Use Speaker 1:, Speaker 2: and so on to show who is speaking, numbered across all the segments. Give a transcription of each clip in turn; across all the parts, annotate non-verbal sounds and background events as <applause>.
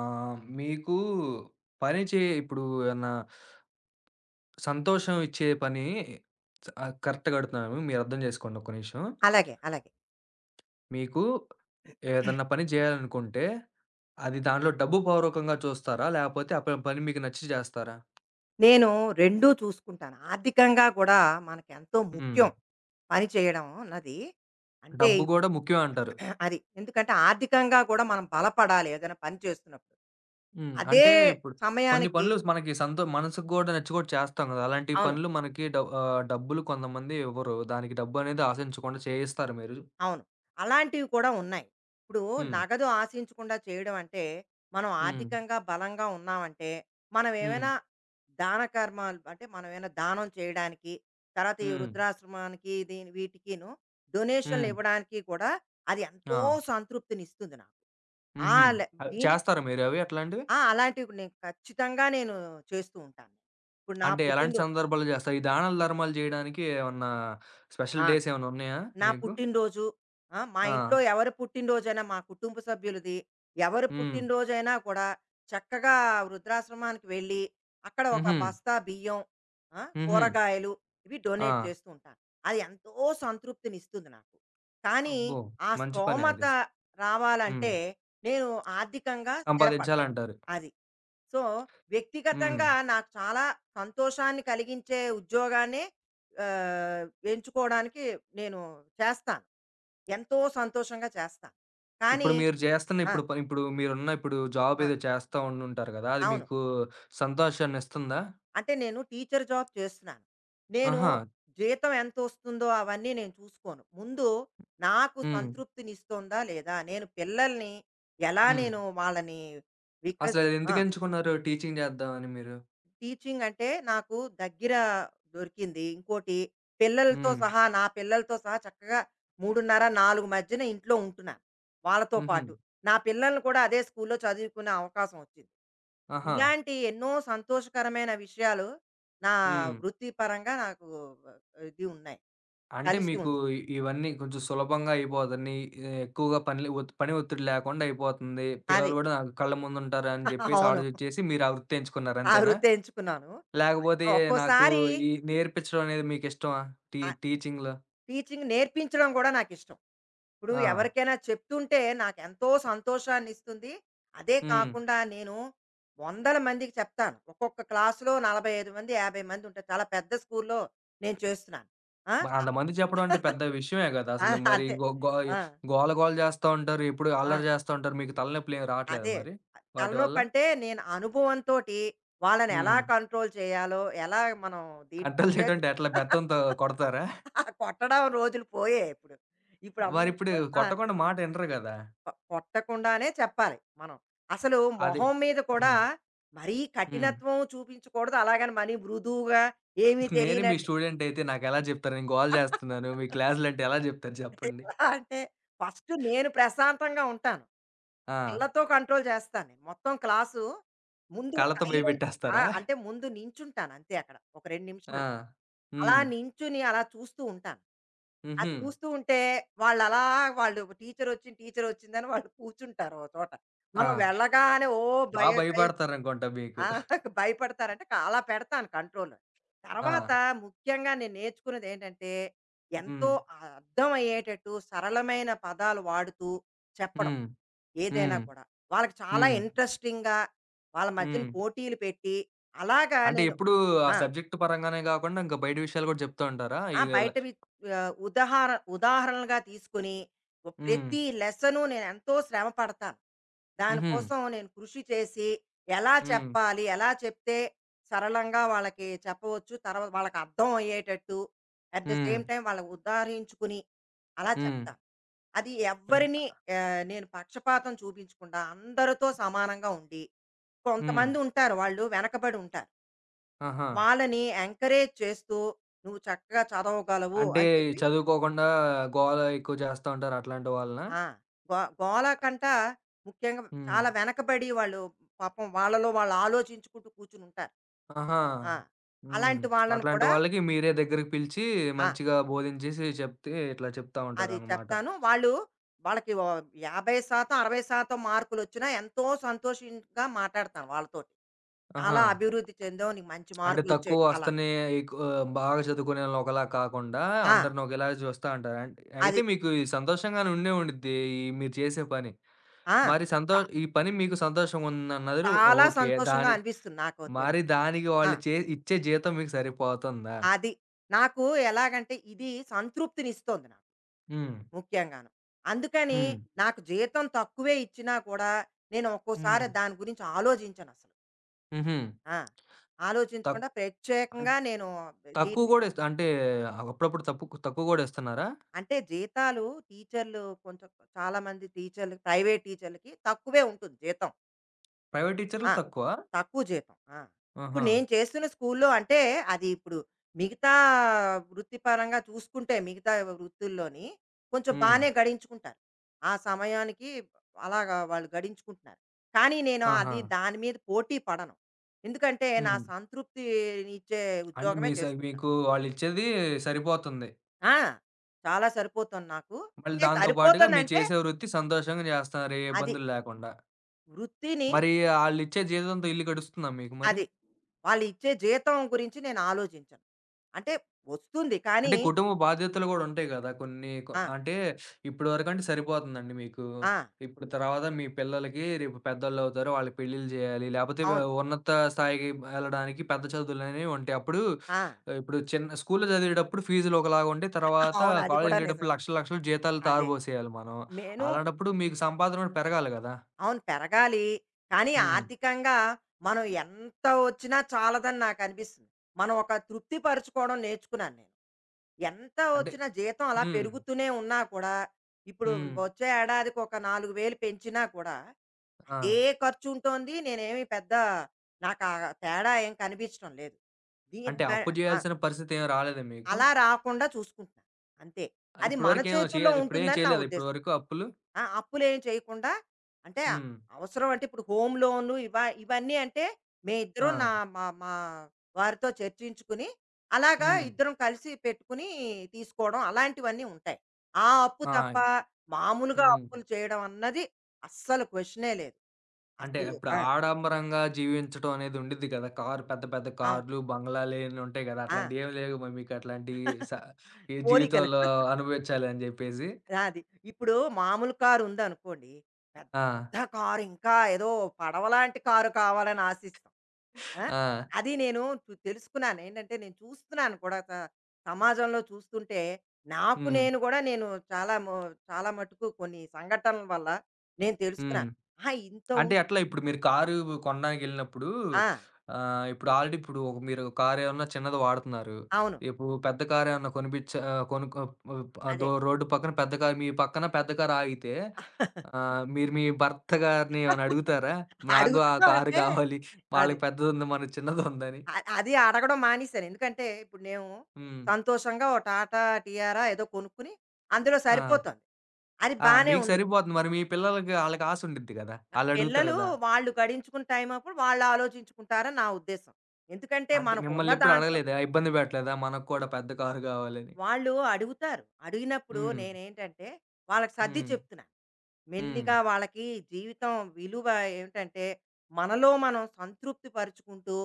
Speaker 1: మీకు పని చే ఇప్పుడు ఏమన్నా సంతోషం ఇచ్చే పని కరెక్ట్‌గా అడుగుతున్నాను. మీరు అర్థం చేసుకోండి ఒక్క నిమిషం.
Speaker 2: అలాగే. అలాగే.
Speaker 1: మీకు ఏదన్నా పని చేయాలనుకుంటే, అది దాంట్లో డబ్బు పూర్వకంగా చూస్తారా? లేపోతే ఆ పని మీకు నచ్చి చేస్తారా?
Speaker 2: నేను రెండూ చూసుకుంటాను. ఆర్థికంగా గూడా మనకెంతో
Speaker 1: హ్మ్.
Speaker 2: ముఖ్యం పని చేయడం అన్నది. అంటే
Speaker 1: డబ్బు గూడా ముఖ్యం అంటారు.
Speaker 2: <clears throat> అది. ఎందుకంటే ఆర్థికంగా గూడా మనం బలపడాలి ఏదైనా పని చేస్తున్నప్పుడు.
Speaker 1: హ్మ్.
Speaker 2: అదే
Speaker 1: అంటే ఇప్పుడు కొన్ని
Speaker 2: సమయానికి
Speaker 1: పనులు మనకి మనసుకు గూడా నచ్చి కూడా చేస్తాం గదా! అలాంటి
Speaker 2: అవును.
Speaker 1: పనులు మనకి డబ్బులు కొంతమంది ఇవ్వరు. దానికి డబ్బు అనేది ఆశించకుండా చేయిస్తారు మీరు.
Speaker 2: అవును. అలాంటివి కూడా ఉన్నాయి. ఇప్పుడు
Speaker 1: హ్మ్.
Speaker 2: నగదు ఆశించకుండా చేయడం అంటే, మనం
Speaker 1: హ్మ్.
Speaker 2: ఆర్థికంగా బలంగా ఉన్నామంటే, మనం
Speaker 1: హ్మ్.
Speaker 2: ఏమైనా దాన కర్మాలు అంటే, మనం ఏమైనా దానం చేయడానికి, తర్వాత ఈ
Speaker 1: హ్మ్.
Speaker 2: వృద్ధాశ్రమానికి దీని వీటికిను డొనేషన్‌లు
Speaker 1: హ్మ్.
Speaker 2: ఇవ్వడానికి కూడా అది ఎంతో
Speaker 1: ఆ!
Speaker 2: సంతృప్తినిస్తుంది నాకు. ఆ!
Speaker 1: హుహు. అవి
Speaker 2: దీనికి
Speaker 1: చేస్తారా మీరవి అట్లాంటివి?
Speaker 2: ఆ! అలాంటివి నేను ఖచ్చితంగా చేస్తూ ఉంటాను. ఇప్పుడు నా
Speaker 1: అంటే ఎలాంటి
Speaker 2: పుట్టినరోజు
Speaker 1: సందర్భాల్లో జేస్తారు? ఈ దానాలు, ధర్మాలు జేయడానికి ఏమన్నా స్పెషల్
Speaker 2: ఆ!
Speaker 1: డేస్ ఏమన్నా ఉన్నాయా
Speaker 2: నా
Speaker 1: మీకు?
Speaker 2: పుట్టినరోజు ఆ, మా ఇంట్లో
Speaker 1: ఆ!
Speaker 2: ఎవరి పుట్టినరోజైనా మా కుటుంబ సభ్యులది ఎవరి
Speaker 1: హ్మ్.
Speaker 2: పుట్టినరోజైనా కూడా చక్కగా వృద్ధాశ్రమానికి వెళ్ళి అక్కడ ఒక
Speaker 1: హుహు.
Speaker 2: బస్తా బియ్యం, ఆ,
Speaker 1: హుహు.
Speaker 2: కూరగాయలు ఇవి
Speaker 1: ఆ!
Speaker 2: డొనేట్ చేస్తూ ఉంటాను. అది ఎంతో సంతృప్తిని ఇస్తుంది నాకు. కానీ
Speaker 1: అబ్బో!
Speaker 2: ఆ
Speaker 1: మంచి పనే
Speaker 2: స్తోమత
Speaker 1: అది. హ్మ్.
Speaker 2: రావాలంటే నేను ఆర్థికంగా స్థిరపడ
Speaker 1: సంపాదించాలంటారు.
Speaker 2: అది సో
Speaker 1: హ్మ్.
Speaker 2: వ్యక్తిగతంగా నాకు చాలా సంతోషాన్ని కలిగించే ఉద్యోగాన్ని ఆ, ఎంచుకోవడానికి నేను చేస్తాను ఎంతో సంతోషంగా చేస్తా.
Speaker 1: ఇప్పుడు
Speaker 2: కానీ
Speaker 1: మీరు జేస్తున్న
Speaker 2: ఆ!
Speaker 1: ఇప్పుడు ప ఇప్పుడు జాబ్
Speaker 2: ఆ!
Speaker 1: ఏదో చేస్తా ఉండుంటారు గదా! అది
Speaker 2: అవును.
Speaker 1: మీకు సంతోషాన్నిస్తుందా?
Speaker 2: అంటే నేను టీచర్ జాబ్ చేస్తున్నాను. నేను
Speaker 1: ఆహా!
Speaker 2: జీతం ఎంతొస్తుందో అవన్నీ నేను చూసుకోను. ముందు నాకు
Speaker 1: హ్మ్.
Speaker 2: సంతృప్తినిస్తోందా లేదా? నేను పిల్లల్ని ఎలా
Speaker 1: హ్మ్.
Speaker 2: నేను వాళ్ళని వికస్ ఆ!
Speaker 1: అసలెందుకెంచుకున్నారు టీచింగ్ జేద్దామని మీరు?
Speaker 2: టీచింగ్ అంటే నాకు దగ్గర దొరికింది. ఇంకోటి పిల్లలతో
Speaker 1: హ్మ్.
Speaker 2: సహా, నా పిల్లలతో సహా చక్కగా 3:30, 4 మధ్యన ఇంట్లో ఉంటున్నాను. వాళ్ళతో
Speaker 1: హుహు.
Speaker 2: పాటు. నా పిల్లల్ని కూడా అదే స్కూల్‌లో చదువుకునే అవకాశం వచ్చింది.
Speaker 1: ఆహా!
Speaker 2: ఇలాంటి ఎన్నో సంతోషకరమైన విషయాలు నా
Speaker 1: హ్మ్.
Speaker 2: వృత్తిపరంగా నాకు ఇది ఉన్నాయి.
Speaker 1: అంటే
Speaker 2: కలిసి
Speaker 1: మీకు
Speaker 2: ఉంది.
Speaker 1: ఇవన్నీ కొంచెం సులభంగా అయిపోతన్ని. ఎక్కువగా పనులు పని ఒత్తిడి లేకుండా అయిపోతుంది.
Speaker 2: అదే.
Speaker 1: పిల్లలు గూడా నాకు కళ్ళ ముందుంటారు అని జెప్పేసి
Speaker 2: అవును.
Speaker 1: ఆలోచించేసి మీరు ఆ వృత్తి ఎంచుకున్నారు
Speaker 2: ఆ
Speaker 1: అంతేనా?
Speaker 2: వృత్తే ఎంచుకున్నాను.
Speaker 1: లేకపోతే నాకు
Speaker 2: ఒక్కోసారి
Speaker 1: ఈ నేర్పించడం అనేది మీకిష్టమా?
Speaker 2: ఆహ్,
Speaker 1: టీచింగ్‌లో?
Speaker 2: టీచింగ్ నేర్పించడం కూడా నాకిష్టం. ఇప్పుడు
Speaker 1: ఆ!
Speaker 2: ఎవరికైనా చెప్తుంటే నాకెంతో సంతోషాన్ని ఇస్తుంది. అదే
Speaker 1: హ్మ్.
Speaker 2: కాకుండా నేను వందల మందికి చెప్తాను. ఒక్కొక్క క్లాస్‌లో 45 మంది, 50 మంది ఉంటారు. చాలా పెద్ద స్కూల్‌లో నేను చేస్తున్నాను. ఆ!
Speaker 1: మరి అంతమందికి చెప్పడం అంటే పెద్ద విషయమే గదా!
Speaker 2: ఆ!
Speaker 1: అసలు మరి
Speaker 2: అంతే.
Speaker 1: గో గో
Speaker 2: ఆ!
Speaker 1: గోల గోల జేస్తా ఉంటారు. ఎప్పుడు
Speaker 2: ఆ!
Speaker 1: అల్లరి జేస్తా ఉంటారు. మీకు తలనొప్పులేమి రావట్లేదా
Speaker 2: అదే.
Speaker 1: మరి వాటి వల్ల?
Speaker 2: తలనొప్పంటే నేను అనుభవంతోటి వాళ్ళని ఎలా
Speaker 1: హ్మ్.
Speaker 2: కంట్రోల్ చేయాలో, ఎలా మనం దీంట్లో
Speaker 1: కంట్రోల్ చేయడం
Speaker 2: చేతు
Speaker 1: అంటే ఎట్లా బెత్తంతో కొడతారా?
Speaker 2: <laughs> ఆ! కొట్టడం రోజులు పోయాయి ఇప్పుడు.
Speaker 1: వారిప్పుడు
Speaker 2: ఇప్పుడంతా ఆ!
Speaker 1: కొట్టకుండా మాట ఇనరు గదా!
Speaker 2: కొట్టకుండానే చెప్పాలి మనం. అసలు
Speaker 1: అది
Speaker 2: మొహం మీద కూడా
Speaker 1: హ్మ్.
Speaker 2: మరీ
Speaker 1: హ్మ్.
Speaker 2: కఠినత్వం చూపించకూడదు, అలాగని మరీ మృదువుగా ఏమీ
Speaker 1: నేనే మీ
Speaker 2: తెలియనట్టు
Speaker 1: స్టూడెంట్ అయితే నాకెలా జెప్తారు? నేను గోల జేస్తున్నాను.
Speaker 2: <laughs>
Speaker 1: మీ క్లాసులంటే ఎలా జెప్తారు జెప్పండి?
Speaker 2: ఎలా అంటే ఫస్ట్ నేను ప్రశాంతంగా ఉంటాను.
Speaker 1: ఆ!
Speaker 2: కళ్ళతో కంట్రోల్ చేస్తాను నేను మొత్తం క్లాసు ముందు
Speaker 1: కళ్ళతో
Speaker 2: సైలెంట్
Speaker 1: భయపెట్టేస్తారా?
Speaker 2: అంటే ముందు నించుంటాను అంతే అక్కడ ఒక రెండు నిమిషాలు
Speaker 1: ఆ!
Speaker 2: అలా
Speaker 1: హ్మ్.
Speaker 2: నించుని అలా చూస్తూ ఉంటాను. ఆ
Speaker 1: హుహు.
Speaker 2: చూస్తూ ఉంటే వాళ్ళు అలా వాళ్ళు టీచర్ వచ్చిందని వాళ్ళు కూర్చుంటారు ఓ చోట
Speaker 1: ఆ!
Speaker 2: మనం వెళ్ళగానే. ఓ భయ భయ
Speaker 1: భయపడతారనుకుంటా మీకు.
Speaker 2: ఆ! <laughs> భయపడతారంటే అలా పెడతాను కంట్రోల్. ఆహా!
Speaker 1: ఆ!
Speaker 2: తర్వాత ముఖ్యంగా నేను నేర్చుకున్నదేంటంటే,
Speaker 1: హ్మ్.
Speaker 2: ఎంతో అర్థమయ్యేటట్టు సరళమైన పదాలు వాడుతూ చెప్పడం
Speaker 1: హ్మ్.
Speaker 2: ఏదైనా
Speaker 1: హ్మ్.
Speaker 2: కూడా. వాళ్ళకి చాలా
Speaker 1: హ్మ్.
Speaker 2: ఇంట్రెస్టింగ్‌గా వాళ్ళ మధ్యన
Speaker 1: హ్మ్.
Speaker 2: పోటీలు పెట్టి అలాగా
Speaker 1: అంటే
Speaker 2: నేను
Speaker 1: ఎప్పుడూ ఆ
Speaker 2: ఆ!
Speaker 1: సబ్జెక్ట్ పరంగానే గాకుండా ఇంకా బయట విషయాలు గూడా జెప్తా ఉంటారా?
Speaker 2: ఆ!
Speaker 1: ఈగల
Speaker 2: బయటవి ఆహ్, ఉదాహరణలుగా తీసుకొని
Speaker 1: హ్మ్.
Speaker 2: ప్రతి లెసను నేనెంతో శ్రమ పడతాను.
Speaker 1: హుహు.
Speaker 2: దానికోసం నేను కృషి చేసి, ఎలా
Speaker 1: హ్మ్.
Speaker 2: చెప్పాలి, ఎలా చెప్తే సరళంగా వాళ్ళకి చెప్పవచ్చు, వాళ్ళకి అర్థం అయ్యేటట్టు, at the
Speaker 1: hmm.
Speaker 2: Same time వాళ్ళని ఉద్ధరించుకుని, అలా
Speaker 1: హ్మ్.
Speaker 2: చెప్తాను. అది
Speaker 1: అంట్
Speaker 2: ఎవ్వరిని ఆహ్, నేను పక్షపాతం చూపించకుండా అందరితో సమానంగా ఉండి,
Speaker 1: హ్మ్.
Speaker 2: కొంతమందుంటారు వాళ్ళు వెనకబడి ఉంటారు.
Speaker 1: ఆహా!
Speaker 2: వాళ్ళని ఎంకరేజ్ చేస్తూ "నువ్వు చక్కగా చదవగలవు"
Speaker 1: అంటే
Speaker 2: అని చెప్పి
Speaker 1: చదువుకోకుండా గోల ఎక్కువ చేస్తా ఉంటారు అట్లాంటి వాళ్ళనా?
Speaker 2: ఆ! గోల కంట ముఖ్యంగా
Speaker 1: హ్మ్.
Speaker 2: చాలా వెనకబడి వాళ్ళు పాపం వాళ్ళలో వాళ్ళు ఆలోచించుకుంటూ కూర్చునుంటారు.
Speaker 1: ఆహా!
Speaker 2: ఆ!
Speaker 1: హ్మ్.
Speaker 2: అలాంటి వాళ్ళని
Speaker 1: అట్లాంటి
Speaker 2: కూడా
Speaker 1: వాళ్ళకి మీరే దగ్గరికి పిలిచి
Speaker 2: ఆ!
Speaker 1: మంచిగా బోధించేసి చెప్తే ఇట్లా చెప్తా
Speaker 2: అది
Speaker 1: ఉంటారనమాట.
Speaker 2: చెప్తాను. వాళ్ళు వాళ్ళకి ఓ 50% 60% మార్కులొచ్చినా ఎంతో సంతోషంగా మాటాడతాను వాళ్ళతోటి.
Speaker 1: ఆహా!
Speaker 2: "చాలా అభివృద్ధి చెందావు. నీకు మంచి
Speaker 1: అంటే తక్కువ
Speaker 2: మార్కులొచ్చాయి." అలా.
Speaker 1: వస్తనే ఎక్కువ బాగా చదువుకునేవాళ్ళని ఒకలా కాకుండా
Speaker 2: ఆ!
Speaker 1: అందరిని ఒకేలా చూస్తా ఉంటారు. అన్ అయితే
Speaker 2: అది.
Speaker 1: మీకు ఈ సంతోషంగానే ఉండిద్ది ఈ మీరు చేసే పని.
Speaker 2: ఆ!
Speaker 1: మరి
Speaker 2: చా
Speaker 1: ఈ పని మీకు సంతోషంగా ఉందన్నారు
Speaker 2: చాలా
Speaker 1: ఓకే.
Speaker 2: సంతోషంగా
Speaker 1: దాని
Speaker 2: అనిపిస్తుంది నాకైతేను.
Speaker 1: మరి దానికి
Speaker 2: ఆ!
Speaker 1: వాళ్ళు ఇచ్చే జీతం మీకు సరిపోతుందా?
Speaker 2: అది. నాకు ఎలాగంటే ఇది సంతృప్తినిస్తోంది నాకు
Speaker 1: హ్మ్.
Speaker 2: ముఖ్యంగాను. అందుకని
Speaker 1: హ్మ్.
Speaker 2: నాకు జీతం తక్కువే ఇచ్చినా కూడా నేను ఒక్కోసారి
Speaker 1: హ్మ్.
Speaker 2: దాని గురించి ఆలోచించనసలు.
Speaker 1: హుహు.
Speaker 2: ఆ!
Speaker 1: తక్
Speaker 2: ఆలోచించకుండా
Speaker 1: అన్
Speaker 2: ప్రత్యేకంగా నేను
Speaker 1: తక్కువ
Speaker 2: దీని
Speaker 1: గూడా ఇస్త అంటే అప్పుడప్పుడు తప్పుకు తక్కువ గూడా ఇస్తున్నారా?
Speaker 2: అంటే జీతాలు టీచర్లు కొంచెం చాలామంది టీచర్లు ప్రైవేట్ టీచర్లకి తక్కువే ఉంటుంది జీతం.
Speaker 1: ప్రైవేట్ టీచర్‌లు
Speaker 2: ఆ!
Speaker 1: తక్కువ?
Speaker 2: తక్కువ జీతం. ఆ! ఇప్పుడు
Speaker 1: ఆహా!
Speaker 2: నేను చేస్తున్న స్కూల్లో అంటే, అది ఇప్పుడు మిగతా వృత్తిపరంగా చూసుకుంటే, మిగతా వృత్తుల్లోని కొంచెం
Speaker 1: హ్మ్.
Speaker 2: బానే గడించుకుంటారు. ఆ సమయానికి అలాగా వాళ్ళు గడించుకుంటున్నారు. కానీ నేను
Speaker 1: ఆహా!
Speaker 2: దాని మీద పోటీ పడను. ఎందుకంటే, నా
Speaker 1: హ్మ్.
Speaker 2: సంతృప్తినిచ్చే
Speaker 1: అంటే మీ
Speaker 2: ఉద్యోగమే
Speaker 1: సై
Speaker 2: చేసుకుంటాను.
Speaker 1: మీకు వాళ్ళిచ్చేది సరిపోతుంది.
Speaker 2: ఆ! చాలా సరిపోతుంది నాకు.
Speaker 1: మళ్ళీ
Speaker 2: అంటే
Speaker 1: దాంతో పాటుగా మీరు
Speaker 2: సరిపోతుందంటే,
Speaker 1: చేసే వృత్తి సంతోషంగా జేస్తున్నారు. ఏ
Speaker 2: అది
Speaker 1: ఇబ్బందులు లేకుండా.
Speaker 2: వృత్తిని
Speaker 1: మరి ఆళ్ళిచ్చే జీతంతో ఇల్లు గడుస్తుందా మీకు మరి?
Speaker 2: అది. వాళ్ళిచ్చే జీతం గురించి నేను ఆలోచించను. అంటే వస్తుంది కానీ
Speaker 1: అంటే కుటుంబ బాధ్యతలు గూడా ఉంటాయి గదా! కొన్ని కొ
Speaker 2: ఆ!
Speaker 1: అంటే ఇప్పటివరకంటే సరిపోతుందండి మీకు.
Speaker 2: ఆ!
Speaker 1: ఇప్పుడు తర్వాత మీ పిల్లలకి రేపు పెద్దోళ్ళవుతారు. వాళ్ళకి పెళ్ళిళ్ళు జేయాలి. లేపోతే వ
Speaker 2: అవును.
Speaker 1: ఉన్నత స్థాయికి ఎళ్ళడానికి పెద్ద చదువులనేవి ఉంటాయి. అప్పుడు
Speaker 2: ఆ!
Speaker 1: ఇప్పుడు చిన్న స్కూల్‌లో చదివేటప్పుడు ఫీజులు ఒకలాగా ఉంటాయి.
Speaker 2: <laughs>
Speaker 1: తర్వాత
Speaker 2: అవును. అది కూడా
Speaker 1: కాలేజ్‌కెళ్ళేటప్పుడు
Speaker 2: నిజమే.
Speaker 1: లక్షలు, లక్షలు జీతాలు
Speaker 2: అదే.
Speaker 1: తారబోసేయాలి మనం.
Speaker 2: మెను
Speaker 1: అలాంటప్పుడు మీకు సంపాదన గూడా పెరగాలి గదా!
Speaker 2: అవును పెరగాలి. కానీ
Speaker 1: హ్మ్.
Speaker 2: ఆర్థికంగా మనం ఎంత వచ్చినా చాలదని నాకనిపిస్తుంది. మనం ఒక తృప్తి పరుచుకోవడం నేర్చుకున్నాను నేను. ఎంత
Speaker 1: అంటే
Speaker 2: వచ్చినా జీతం అలా
Speaker 1: హ్మ్.
Speaker 2: పెరుగుతూనే ఉన్నా కూడా, ఇప్పుడు
Speaker 1: హ్మ్.
Speaker 2: వచ్చే ఏడాదికి ఒక 4000 పెంచినా కూడా
Speaker 1: ఆ!
Speaker 2: అదే ఖర్చుంటోంది. నేనేమి పెద్ద నాకా తేడా ఏం కనిపించడం లేదు. దీని
Speaker 1: అంటే
Speaker 2: ద
Speaker 1: అప్పు
Speaker 2: ఆ!
Speaker 1: జేయాల్సిన పరిస్థితి ఏమి రాలేదా మీకు?
Speaker 2: అలా రాకుండా చూసుకుంటున్నాను. అంతే. అది
Speaker 1: ఇప్పటి
Speaker 2: మన
Speaker 1: వరకు ఏమి చేయ
Speaker 2: చేతుల్లో
Speaker 1: ఇప్పుడేం
Speaker 2: ఉంటుందని నా
Speaker 1: చేయలేదా ఇప్పటి
Speaker 2: ఉద్దేశం.
Speaker 1: వరకు అప్పులు?
Speaker 2: ఆ! అప్పులేమి చేయకుండా అంటే
Speaker 1: హ్మ్.
Speaker 2: అవసరం అంటే ఇప్పుడు హోమ్ లోన్‌లు ఇవన్నీ అంటే
Speaker 1: ఆ!
Speaker 2: మేమిద్దరం నా మా మా వారితో చర్చించుకుని అలాగా
Speaker 1: హ్మ్.
Speaker 2: ఇద్దరం కలిసి పెట్టుకుని తీసుకోవడం అలాంటివన్నీ ఉంటాయి. ఆ అప్పు
Speaker 1: ఆ!
Speaker 2: తప్ప మామూలుగా
Speaker 1: హ్మ్.
Speaker 2: అప్పులు చేయడం అన్నది అస్సలు క్వెషనే లేదు.
Speaker 1: అంటే
Speaker 2: అసలు
Speaker 1: ఇప్పుడు
Speaker 2: ఆ!
Speaker 1: ఆడంబరంగా జీవించటం అనేది ఉండిద్ది కదా! పెద్ద పెద్ద
Speaker 2: అవును.
Speaker 1: కార్లు, బంగ్లాలేన్ని ఉంటాయి కదా!
Speaker 2: ఆ!
Speaker 1: అట్లాంటియేమి లేవు మరి మీకు అట్లాంటి స ఈ
Speaker 2: కోరికలు.
Speaker 1: జీవితంలో అనుభవించాలని జెప్పేసి.
Speaker 2: అది. ఇప్పుడు మామూలు కారు ఉందనుకోండి,
Speaker 1: ఆ!
Speaker 2: పెద్ద కారు ఇంకా ఏదో పడవలాంటి కారు కావాలని ఆశిస్తాం. ఆ!
Speaker 1: ఆ!
Speaker 2: అది నేను తెలుసుకున్నాను. ఏంటంటే నేను చూస్తున్నాను కూడా సమాజంలో చూస్తుంటే, నాకు
Speaker 1: హ్మ్.
Speaker 2: నేను కూడా నేను చాలా ము చాలా మటుకు కొన్ని సంఘటనల వల్ల నేను
Speaker 1: హ్మ్.
Speaker 2: తెలుసుకున్నాను. ఆహా! ఇంత ఉం
Speaker 1: అంటే ఎట్లా ఇప్పుడు మీరు కారు కొనడానికెళ్ళినప్పుడు
Speaker 2: ఆ!
Speaker 1: ఇప్పుడు ఆల్రెడీ ఇప్పుడు ఒక మీరు కారేమన్నా చిన్నది వాడుతున్నారు.
Speaker 2: అవును.
Speaker 1: ఇప్పుడు పెద్ద కారేమన్నా కొనుక్కో
Speaker 2: అదే.
Speaker 1: అదో రోడ్డు పక్కన పెద్ద కారు మీ పక్కన పెద్ద కారు ఆగితే మీరు మీ భర్త గారిని ఏమైనా అడుగుతారా?
Speaker 2: <laughs>
Speaker 1: నాకు ఆ
Speaker 2: అడుగుతున్నాం
Speaker 1: కారు
Speaker 2: అంటే
Speaker 1: కావాలి.
Speaker 2: అది.
Speaker 1: వాళ్ళకి పెద్దదుంది మనకి చిన్నదుందని.
Speaker 2: అది అడగడం మానేశాను. ఎందుకంటే, ఇప్పుడు నేను
Speaker 1: హ్మ్.
Speaker 2: సంతోషంగా ఓ టాటా టియారా ఏదో కొనుక్కుని అందులో
Speaker 1: ఆ!
Speaker 2: సరిపోతుంది. అది
Speaker 1: ఆ!
Speaker 2: బానే
Speaker 1: మీకు
Speaker 2: ఉంది.
Speaker 1: సరిపోతుంది. మరి మీ పిల్లలకి ఆళ్ళకి ఆశ ఉండిద్ది కదా!
Speaker 2: ఆహ్,
Speaker 1: ఆళ్ళడుగుతారు
Speaker 2: పిల్లలు
Speaker 1: కదా!
Speaker 2: వాళ్ళు గడించుకున్న టైం అప్పుడు వాళ్ళు ఆలోచించుకుంటారని నా ఉద్దేశం. ఎందుకంటే,
Speaker 1: అంటే
Speaker 2: మనకు ఉన్న
Speaker 1: మిమ్మల్ని ఎప్పుడు
Speaker 2: దాంట్లో
Speaker 1: అడగలేదా? ఇబ్బంది పెట్టలేదా? మనకు కూడా పెద్ద కారు కావాలని?
Speaker 2: వాళ్ళు అడుగుతారు. అడిగినప్పుడు
Speaker 1: హ్మ్.
Speaker 2: నేనేంటంటే, వాళ్ళకి సర్ది
Speaker 1: హ్మ్.
Speaker 2: చెప్తున్నా.
Speaker 1: హ్మ్.
Speaker 2: మెల్లిగా వాళ్ళకి జీవితం విలువ ఏమిటంటే, మనలో మనం సంతృప్తి పరుచుకుంటూ,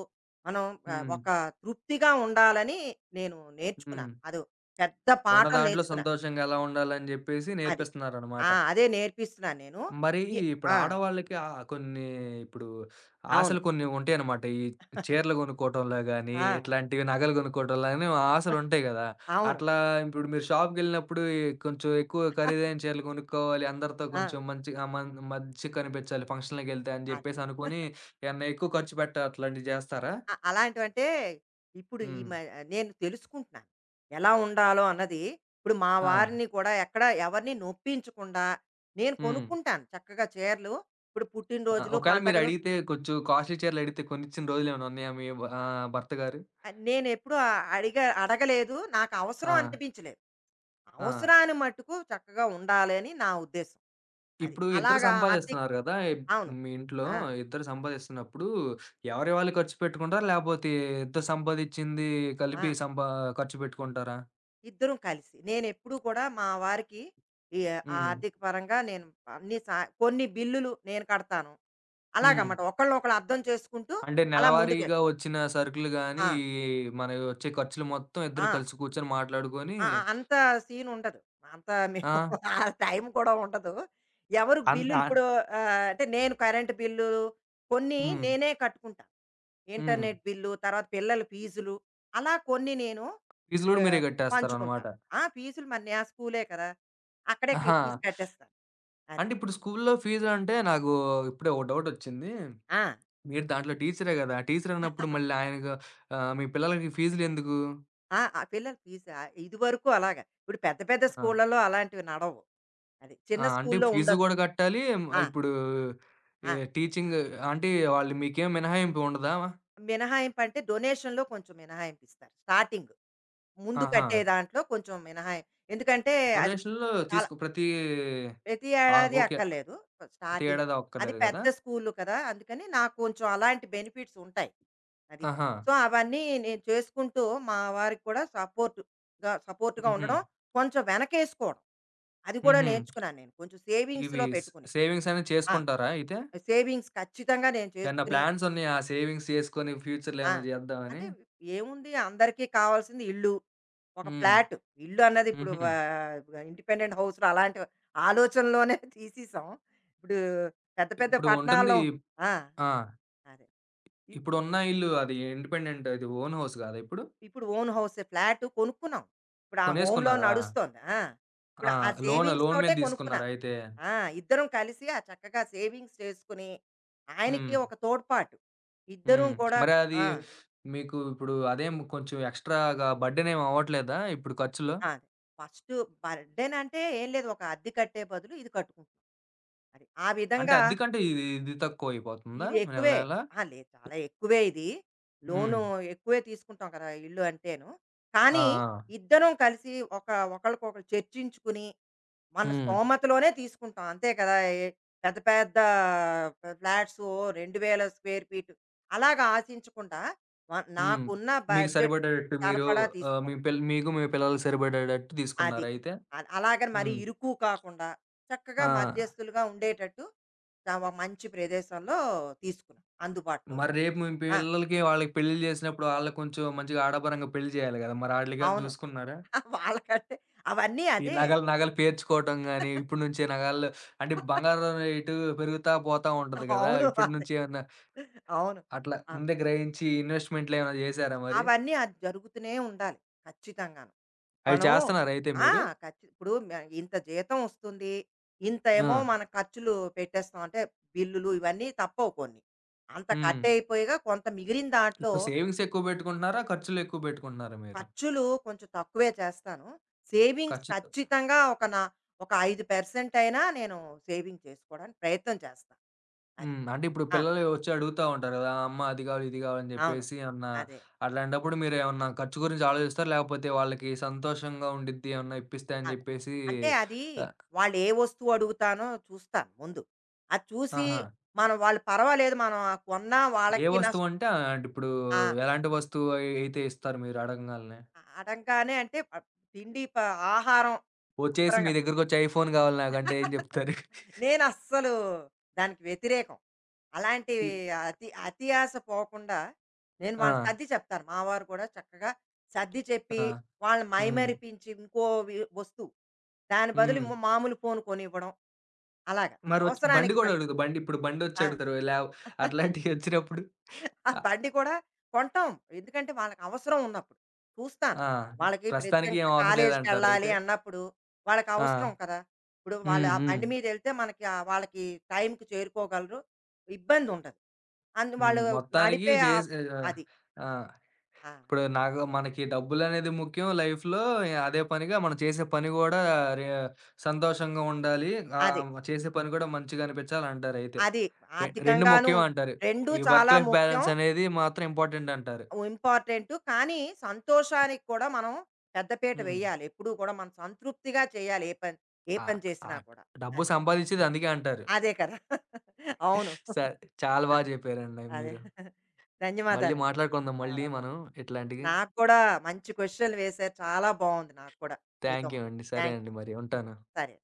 Speaker 2: మనం ఆహ్,
Speaker 1: హ్మ్.
Speaker 2: ఒక తృప్తిగా ఉండాలని నేను
Speaker 1: హ్మ్.
Speaker 2: నేర్చుకున్నాను. అదో పెద్ద
Speaker 1: ఉన్న
Speaker 2: పాఠం
Speaker 1: దాంట్లో
Speaker 2: నేర్చుకున్నా.
Speaker 1: సంతోషంగా ఎలా ఉండాలని జెప్పేసి
Speaker 2: అది.
Speaker 1: నేర్పిస్తున్నారనమాట.
Speaker 2: ఆ! అదే నేర్పిస్తున్నాను నేను.
Speaker 1: మరి
Speaker 2: ఈ
Speaker 1: ఇప్పుడు
Speaker 2: ఆ!
Speaker 1: ఆడవాళ్ళకి కొన్ని ఇప్పుడు
Speaker 2: అవును.
Speaker 1: ఆశలు కొన్ని ఉంటాయనమాట. ఈ చీరలు గొనుక్కోవటంలో గాని,
Speaker 2: ఆ!
Speaker 1: ఇట్లాంటివి నగలు గొనుక్కోవటంలో గాని ఆశలుంటాయి గదా!
Speaker 2: అవును.
Speaker 1: అట్లా ఇప్పుడు మీరు షాప్‌కెళ్ళినప్పుడు ఈ కొంచెం ఎక్కువ ఖరీదైన చీరలు కొనుక్కోవాలి. అందరితో
Speaker 2: ఆ!
Speaker 1: కొంచెం మంచిగా కనిపించాలి ఫంక్షన్‌లకెళ్తే అని
Speaker 2: అదే.
Speaker 1: జెప్పేసి అనుకోని, ఏమన్నా ఎక్కువ ఖర్చు పెట్ట అట్లాంటివి జేస్తారా?
Speaker 2: అలాంటివంటే ఇప్పుడు ఈ
Speaker 1: హ్మ్.
Speaker 2: మ నేను తెలుసుకుంటున్నాను. ఎలా ఉండాలో అన్నది. ఇప్పుడు మా
Speaker 1: ఆ!
Speaker 2: వారిని కూడా ఎక్కడ ఎవరిని నొప్పించకుండా నేను
Speaker 1: హ్మ్.
Speaker 2: కొనుక్కుంటాను చక్కగా చీరలు. ఇప్పుడు
Speaker 1: ఆ!
Speaker 2: పుట్టినరోజులు,
Speaker 1: ఒకవేళ
Speaker 2: పండగలు
Speaker 1: మీరడిగితే కొంచెం కాస్ట్‌లీ చీరలడిగితే కొనిచ్చిన రోజులేమైనా ఉన్నాయా మీ భర్త గారు?
Speaker 2: ఆహ్, నేనెప్పుడూ ఆహ్, అడగలేదు. నాకు
Speaker 1: ఆ!
Speaker 2: అవసరం అనిపించలేదు.
Speaker 1: ఆ!
Speaker 2: అవసరాన్ని మట్టుకు చక్కగా ఉండాలని నా ఉద్దేశం. అది.
Speaker 1: ఇప్పుడు ఇద్దరు
Speaker 2: అలాగా ఆర్థిక
Speaker 1: సంపాదిస్తున్నారు గదా! ఇబ్
Speaker 2: అవును.
Speaker 1: మీ ఇంట్లో
Speaker 2: ఆ!
Speaker 1: ఇద్దరు సంపాదిస్తున్నప్పుడు ఎవరియి వాళ్ళు ఖర్చు పెట్టుకుంటారా? లేపోతే ఇద్దరు సంపాదిచ్చింది
Speaker 2: ఆ!
Speaker 1: కలిపి సంపా ఖర్చు పెట్టుకుంటారా?
Speaker 2: ఇద్దరం కలిసి. నేనెప్పుడూ కూడా మా వారికి ఈ
Speaker 1: హ్మ్.
Speaker 2: ఆర్థిక పరంగా నేను అన్ని సా కొన్ని బిల్లులు నేను కడతాను.
Speaker 1: హ్మ్.
Speaker 2: అలాగమాట. ఒకళ్ళనొకళ్ళు అర్థం చేసుకుంటూ
Speaker 1: అంటే
Speaker 2: అలా ముందుకెళ్
Speaker 1: నెలవారీగా వచ్చిన సరుకులు గానీ,
Speaker 2: ఆ!
Speaker 1: ఈ మనయి వచ్చే ఖర్చులు మొత్తం ఇద్దరు
Speaker 2: ఆ!
Speaker 1: కలిసి కూర్చొని మాట్లాడుకొని
Speaker 2: ఆ! ఆ! అంత సీన్ ఉండదు. అంత మేము
Speaker 1: ఆ!
Speaker 2: <laughs> ఆ టైం కూడా ఉండదు. ఎవరు
Speaker 1: అంత
Speaker 2: బిల్లులు
Speaker 1: ఆంట్
Speaker 2: ఇప్పుడు ఆహ్, అంటే నేను కరెంట్ బిల్లు కొన్ని
Speaker 1: హ్మ్.
Speaker 2: నేనే కట్టుకుంటా.
Speaker 1: హ్మ్.
Speaker 2: ఇంటర్నెట్ బిల్లు, తర్వాత పిల్లల ఫీజులు అలా కొన్ని నేను
Speaker 1: ఫీజులు గూడా మీరే
Speaker 2: ఆహ్,
Speaker 1: కట్టేస్తారనమాట.
Speaker 2: పంచుకుంటాను. ఆ! ఫీజులు మరి నా స్కూలే కదా! అక్కడే
Speaker 1: ఆహా!
Speaker 2: ఫీజు కట్టేస్తాను. అది.
Speaker 1: అంటే ఇప్పుడు స్కూల్లో ఫీజంటే నాకు ఇప్పుడే ఒక డౌటొచ్చింది.
Speaker 2: ఆ!
Speaker 1: మీరు దాంట్లో టీచరే గదా! టీచర్ అన్నప్పుడు మళ్ళీ
Speaker 2: <laughs>
Speaker 1: ఆయనకు మీ పిల్లలకి ఫీజులెందుకు?
Speaker 2: ఆ! ఆ పిల్లల ఫీజు ఆహ్, ఇదివరకు అలాగా. ఇప్పుడు పెద్ద పెద్ద
Speaker 1: ఆ!
Speaker 2: స్కూళ్ళలో అలాంటివి నడవవు. అది.
Speaker 1: ఆ!
Speaker 2: చిన్న
Speaker 1: అంటే
Speaker 2: స్కూల్లో
Speaker 1: ఫీజు
Speaker 2: ఉండొచ్చు.
Speaker 1: గూడా కట్టాలి. హ్మ్,
Speaker 2: ఆ!
Speaker 1: ఇప్పుడు ఈ
Speaker 2: ఆ!
Speaker 1: టీచింగ్ అంటే వాళ్ళు మీకేం మినహాయింపు ఉండదా?
Speaker 2: మినహాయింపు అంటే డొనేషన్‌లో కొంచెం మినహాయింపు ఇస్తారు. స్టార్టింగ్. ముందు
Speaker 1: ఆహా!
Speaker 2: కట్టే దాంట్లో కొంచెం మినహాయి ఎందుకంటే అది
Speaker 1: డొనేషన్‌లు
Speaker 2: చాలా
Speaker 1: తీసుకు ప్రతి
Speaker 2: ప్రతి
Speaker 1: ఆ!
Speaker 2: ఏడాది
Speaker 1: ఓకే.
Speaker 2: అక్కర్లేదు.
Speaker 1: ప్రతి
Speaker 2: స్టార్టింగ్.
Speaker 1: ఏడాది
Speaker 2: అది
Speaker 1: అక్కర్లేదు గదా!
Speaker 2: పెద్ద స్కూలు కదా! అందుకని నాకు కొంచెం అలాంటి బెనిఫిట్స్ ఉంటాయి. అది.
Speaker 1: ఆహా!
Speaker 2: సో, అవన్నీ నేను చేసుకుంటూ మా వారికి కూడా సపోర్ట్‌గా సపోర్ట్‌గా
Speaker 1: హుహు.
Speaker 2: ఉండడం, కొంచెం వెనకేసుకోవడం. అది కూడా
Speaker 1: హుహు.
Speaker 2: నేర్చుకున్నాను నేను. కొంచెం
Speaker 1: ఇవి
Speaker 2: సేవింగ్స్‌లో
Speaker 1: స్
Speaker 2: పెట్టుకుని.
Speaker 1: సేవింగ్స్ అనేది
Speaker 2: ఆ!
Speaker 1: చేసుకుంటారా అయితే?
Speaker 2: సేవింగ్స్ ఖచ్చితంగా నేను
Speaker 1: ఏమన్నా
Speaker 2: చేసుకుని
Speaker 1: ప్లాన్స్ ఉన్నాయా? ఆ సేవింగ్స్ చేసుకొని ఫ్యూచర్‌లో
Speaker 2: ఆ!
Speaker 1: ఏమన్నా జేద్దామని?
Speaker 2: అంటే ఏముంది అందరికీ కావాల్సింది ఇల్లు. ఒక
Speaker 1: హ్మ్.
Speaker 2: ఫ్లాట్. ఇల్లు అన్నది ఇప్పుడు
Speaker 1: హుహు.
Speaker 2: ఆహ్, ఇండిపెండెంట్ హౌస్‌లు అలాంటి ఆలోచనలోనే <laughs> తీసేసాం. ఇప్పుడు పెద్ద పెద్ద
Speaker 1: ఇప్పుడు ఉంటుంది
Speaker 2: పట్టణాల్లో ఆ!
Speaker 1: ఆ!
Speaker 2: అదే. ఇ
Speaker 1: ఇప్పుడున్న ఇల్లు అది ఓన్ హౌస్ కాదా ఇప్పుడు?
Speaker 2: ఇప్పుడు ఓన్ హౌసే ఫ్లాట్ కొనుక్కున్నాం. ఇప్పుడు ఆ హోమ్ లోన్
Speaker 1: కొనేసుకున్నారా?
Speaker 2: నడుస్తోంది. ఆ!
Speaker 1: ఆ!
Speaker 2: ఇప్పుడు ఆ
Speaker 1: లోన్
Speaker 2: సేవింగ్స్
Speaker 1: లోన్ మీద
Speaker 2: తోటే
Speaker 1: తీసుకున్నారా
Speaker 2: కొనుక్కున్నాను.
Speaker 1: అయితే?
Speaker 2: ఆ! ఇద్దరం కలిసి ఆ చక్కగా సేవింగ్స్ చేసుకొని ఆయనకి
Speaker 1: హ్మ్.
Speaker 2: ఒక తోడ్పాటు. ఇద్దరం
Speaker 1: హ్మ్.
Speaker 2: కూడా
Speaker 1: మరి అది
Speaker 2: ఆ!
Speaker 1: మీకు ఇప్పుడు అదేం కొంచెం ఎక్స్‌ట్రా‌గా బర్డెన్ ఏమి అవ్వట్లేదా ఇప్పుడు ఖర్చులో?
Speaker 2: ఆ! అదే ఫస్ట్ బర్త్‌డేనంటే ఏం లేదు. ఒక అద్దె కట్టే బదులు ఇది కట్టుకుంటాం. అది. ఆ
Speaker 1: అంటే
Speaker 2: విధంగా
Speaker 1: అద్దెకంటే ఇది ఇది తక్కువైపోతుందా
Speaker 2: ఇది
Speaker 1: నెల
Speaker 2: ఎక్కువే.
Speaker 1: నెల?
Speaker 2: అహా! లేదు చాలా ఎక్కువే ఇది.
Speaker 1: హ్మ్.
Speaker 2: లోను ఎక్కువే తీసుకుంటాం కదా! ఇల్లు అంటేను.
Speaker 1: ఆ!
Speaker 2: కానీ
Speaker 1: ఆ!
Speaker 2: ఇద్దరం కలిసి ఒక ఒకళ్ళకొకళ్ళు చర్చించుకుని, మన
Speaker 1: హ్మ్.
Speaker 2: స్తోమతలోనే తీసుకుంటాం. అంతే కదా! ఏ పెద్ద పెద్ద ఫ్లాట్స్ ఓ 2000 స్క్వేర్ ఫీట్ అలాగా ఆశించకుండా వ
Speaker 1: హ్మ్.
Speaker 2: నాకున్న
Speaker 1: మీకు
Speaker 2: బడ్జెట్
Speaker 1: సరిపడేటట్టు మీరు
Speaker 2: సరిపడా
Speaker 1: ఆహ్, మీ
Speaker 2: తీసుకోవడం.
Speaker 1: పిల్ మీకు మీ పిల్లలకి సరిపడేటట్టు
Speaker 2: అది.
Speaker 1: తీసుకున్నారా అయితే?
Speaker 2: అది. అలాగని మరి
Speaker 1: హ్మ్.
Speaker 2: ఇరుకు కాకుండా
Speaker 1: ఆ!
Speaker 2: చక్కగా మధ్యస్థులుగా ఉండేటట్టు ద వ మంచి ప్రదేశంలో తీసుకున్నాం. అందుబాటులో. ఉంది.
Speaker 1: మరి రేపు మీ
Speaker 2: ఆ!
Speaker 1: పిల్లలకి, వాళ్ళకి పెళ్లిళ్లు జేసినప్పుడు ఆళ్ళకి కొంచెం మంచిగా ఆడంబరంగా పెళ్లి జేయాలి గదా! మరి ఆటిలికేమైనా
Speaker 2: అవును.
Speaker 1: చూసుకున్నారా?
Speaker 2: <laughs> వాళ్ళకంటే అవన్నీ
Speaker 1: ఈ
Speaker 2: అదే.
Speaker 1: నగలు పేర్చుకోవటం గాని, ఇప్పటి
Speaker 2: <laughs>
Speaker 1: నుంచే నగాల్లో అంటే బంగారం రేటు పెరుగుతా పోతా ఉంటది గదా!
Speaker 2: అవును.
Speaker 1: ఇప్పటి
Speaker 2: అదే.
Speaker 1: నుంచి ఏమన్నా
Speaker 2: అవును.
Speaker 1: అట్లా
Speaker 2: అవును.
Speaker 1: ముందే గ్రహించి ఇన్వెస్ట్‌మెంట్‌లేమైనా జేసారా మరి?
Speaker 2: అవన్నీ అది జరుగుతూనే ఉండాలి. ఖచ్చితంగాను.
Speaker 1: అవి
Speaker 2: మనం
Speaker 1: చేస్తన్నారా అయితే
Speaker 2: ఆ!
Speaker 1: మీరు?
Speaker 2: ఇప్పుడు మ ఇంత జీతం వస్తుంది. ఇంత
Speaker 1: ఆ!
Speaker 2: ఏమో మన ఖర్చులు పెట్టేస్తాం. అంటే బిల్లులు ఇవన్నీ తప్పవు కొన్ని. అంత
Speaker 1: హ్మ్.
Speaker 2: కట్ అయిపోయిగా కొంత మిగిలిన దాంట్లో
Speaker 1: ఇప్పుడు సేవింగ్స్ ఎక్కువ బెట్టుకుంటున్నారా? ఖర్చులు ఎక్కువ బెట్టుకుంటున్నారా మీరు?
Speaker 2: ఖర్చులు కొంచెం తక్కువే చేస్తాను. సేవింగ్స్
Speaker 1: ఖర్చు
Speaker 2: ఖచ్చితంగా ఒక నా ఒక 5% అయినా నేను సేవింగ్ చేసుకోవడానికి ప్రయత్నం చేస్తా. అది.
Speaker 1: హ్మ్. అంటే ఇప్పుడు
Speaker 2: ఆ!
Speaker 1: పిల్లలు వచ్చి అడుగుతా ఉంటారు గదా! అమ్మ అది కావాలి, ఇది కావాలని
Speaker 2: అవును.
Speaker 1: చెప్పేసి అన్న
Speaker 2: అదే.
Speaker 1: అట్లాంటప్పుడు మీరేమన్నా ఖర్చు గురించి ఆలోచిస్తారా? లేకపోతే వాళ్ళకి సంతోషంగా ఉండిద్ది ఏమన్నా ఇప్పిస్తే అని
Speaker 2: అదే.
Speaker 1: చెప్పేసి
Speaker 2: అంటే అది
Speaker 1: ఆహ్,
Speaker 2: వాళ్ళు ఏ వస్తువు అడుగుతానో చూస్తాను ముందు. అది చూసి
Speaker 1: ఆహా!
Speaker 2: మనం వాళ్ళు పర్వాలేదు మనం ఆ కొన్నా
Speaker 1: ఏ
Speaker 2: వాళ్ళకి నష్
Speaker 1: వస్తువంటే అంటే ఇప్పుడు
Speaker 2: ఆ!
Speaker 1: ఎలాంటి వస్తువు అయితే ఇస్తారు మీరు అడగంగాల్నే?
Speaker 2: అడంగానే అంటే ఆహ్, తిండి ప ఆహారం
Speaker 1: వచ్చేసి మీ
Speaker 2: శుభ్రంగా
Speaker 1: దగ్గరకొచ్చి ఐఫోన్ కావాలి నాకంటే ఏం
Speaker 2: <laughs>
Speaker 1: చెప్తారు?
Speaker 2: నేనస్సలు దానికి వ్యతిరేకం. అలాంటి
Speaker 1: ఈ
Speaker 2: అతి అతి ఆశ పోకుండా నేను
Speaker 1: ఆ!
Speaker 2: వాళ్ళని సర్ది చెప్తాను. మా వారు కూడా చక్కగా సర్ది చెప్పి,
Speaker 1: ఆ!
Speaker 2: వాళ్ళని
Speaker 1: హ్మ్.
Speaker 2: మైమరిపించి ఇంకో వస్తువు. దాని బదులు
Speaker 1: హ్మ్.
Speaker 2: మామూలు ఫోను కొనివ్వడం. అలాగా.
Speaker 1: మరొచ్చి బండి
Speaker 2: అవసరానికి
Speaker 1: గూడా
Speaker 2: మటుకు.
Speaker 1: అడుగుతారు. బండి ఇప్పుడు బండొచ్చి
Speaker 2: ఆ!
Speaker 1: అడుగుతారు. లేవ్
Speaker 2: <laughs>
Speaker 1: అట్లాంటియి వచ్చినప్పుడు?
Speaker 2: ఆ
Speaker 1: అ
Speaker 2: బండి కూడా కొంటాం. ఎందుకంటే వాళ్ళకి అవసరం ఉన్నప్పుడు. చూస్తాను.
Speaker 1: ఆ!
Speaker 2: వాళ్ళకి
Speaker 1: ప్రస్తుతానికి ఏం
Speaker 2: ప్రత్యేకంగా
Speaker 1: అవసరం
Speaker 2: కాలేజీకెళ్ళాలి
Speaker 1: లేదంటారైతే?
Speaker 2: అన్నప్పుడు వాళ్ళకి
Speaker 1: ఆ!
Speaker 2: అవసరం కదా! ఇప్పుడు వాళ్ళు
Speaker 1: హ్మ్.
Speaker 2: ఆ
Speaker 1: హ్మ్.
Speaker 2: బండి మీదెళ్తే మనకి ఆహ్, వాళ్ళకి టైంకి చేరుకోగలరు. ఇబ్బందుండదు. అందు
Speaker 1: హ్మ్.
Speaker 2: వాళ్ళు
Speaker 1: మొత్తానికి
Speaker 2: నడిపే ఆ
Speaker 1: చేసి ఆహ్,
Speaker 2: అది.
Speaker 1: ఆ!
Speaker 2: ఆ!
Speaker 1: ఇప్పుడు నాకు మనకి డబ్బులనేది ముఖ్యం లైఫ్‌లో. అదే పనిగా మనం చేసే పని గూడా రే సంతోషంగా ఉండాలి.
Speaker 2: అది.
Speaker 1: చేసే పని కూడా మంచిగా అనిపించాలంటారయితే.
Speaker 2: అది.
Speaker 1: రె 2
Speaker 2: ఆర్థికంగాను
Speaker 1: ముఖ్యం అంటారు.
Speaker 2: 2
Speaker 1: ఈ వర్క్
Speaker 2: చాలా
Speaker 1: లైఫ్
Speaker 2: ముఖ్యం.
Speaker 1: బ్యాలెన్స్ అనేది మాత్రం ఇంపార్టెంట్ అంటారు.
Speaker 2: ఇంపార్టెంటు. కానీ సంతోషానికి కూడా మనం పెద్దపీట
Speaker 1: హ్మ్.
Speaker 2: వేయాలి. ఎప్పుడూ కూడా మనం సంతృప్తిగా చేయాలి ఏ పని ఏ
Speaker 1: ఆ!
Speaker 2: పని
Speaker 1: ఆ!
Speaker 2: చేసినా కూడా.
Speaker 1: డబ్బు
Speaker 2: అది.
Speaker 1: సంపాదించేది అందుకే అంటారు.
Speaker 2: అదే కదా! <laughs> అవును.
Speaker 1: సరే. చాలా
Speaker 2: అ
Speaker 1: బాగా చెప్పారండి
Speaker 2: అదే.
Speaker 1: మీరు. మళ్ళీ
Speaker 2: ధన్యవాదాలండి.
Speaker 1: మాట్లాడుకుందాం మళ్ళీ
Speaker 2: చాలా
Speaker 1: మనం
Speaker 2: బావుంది.
Speaker 1: ఇట్లాంటివి.
Speaker 2: నాకు కూడా మంచి క్వెషన్‌లు వేశారు. చాలా బావుంది నాకు కూడా మీతో
Speaker 1: థాంక్ యూ
Speaker 2: మా
Speaker 1: అండి. సరే
Speaker 2: థ్యాంక్
Speaker 1: అండి
Speaker 2: యూ.
Speaker 1: మరి ఉంటాను.
Speaker 2: సరే.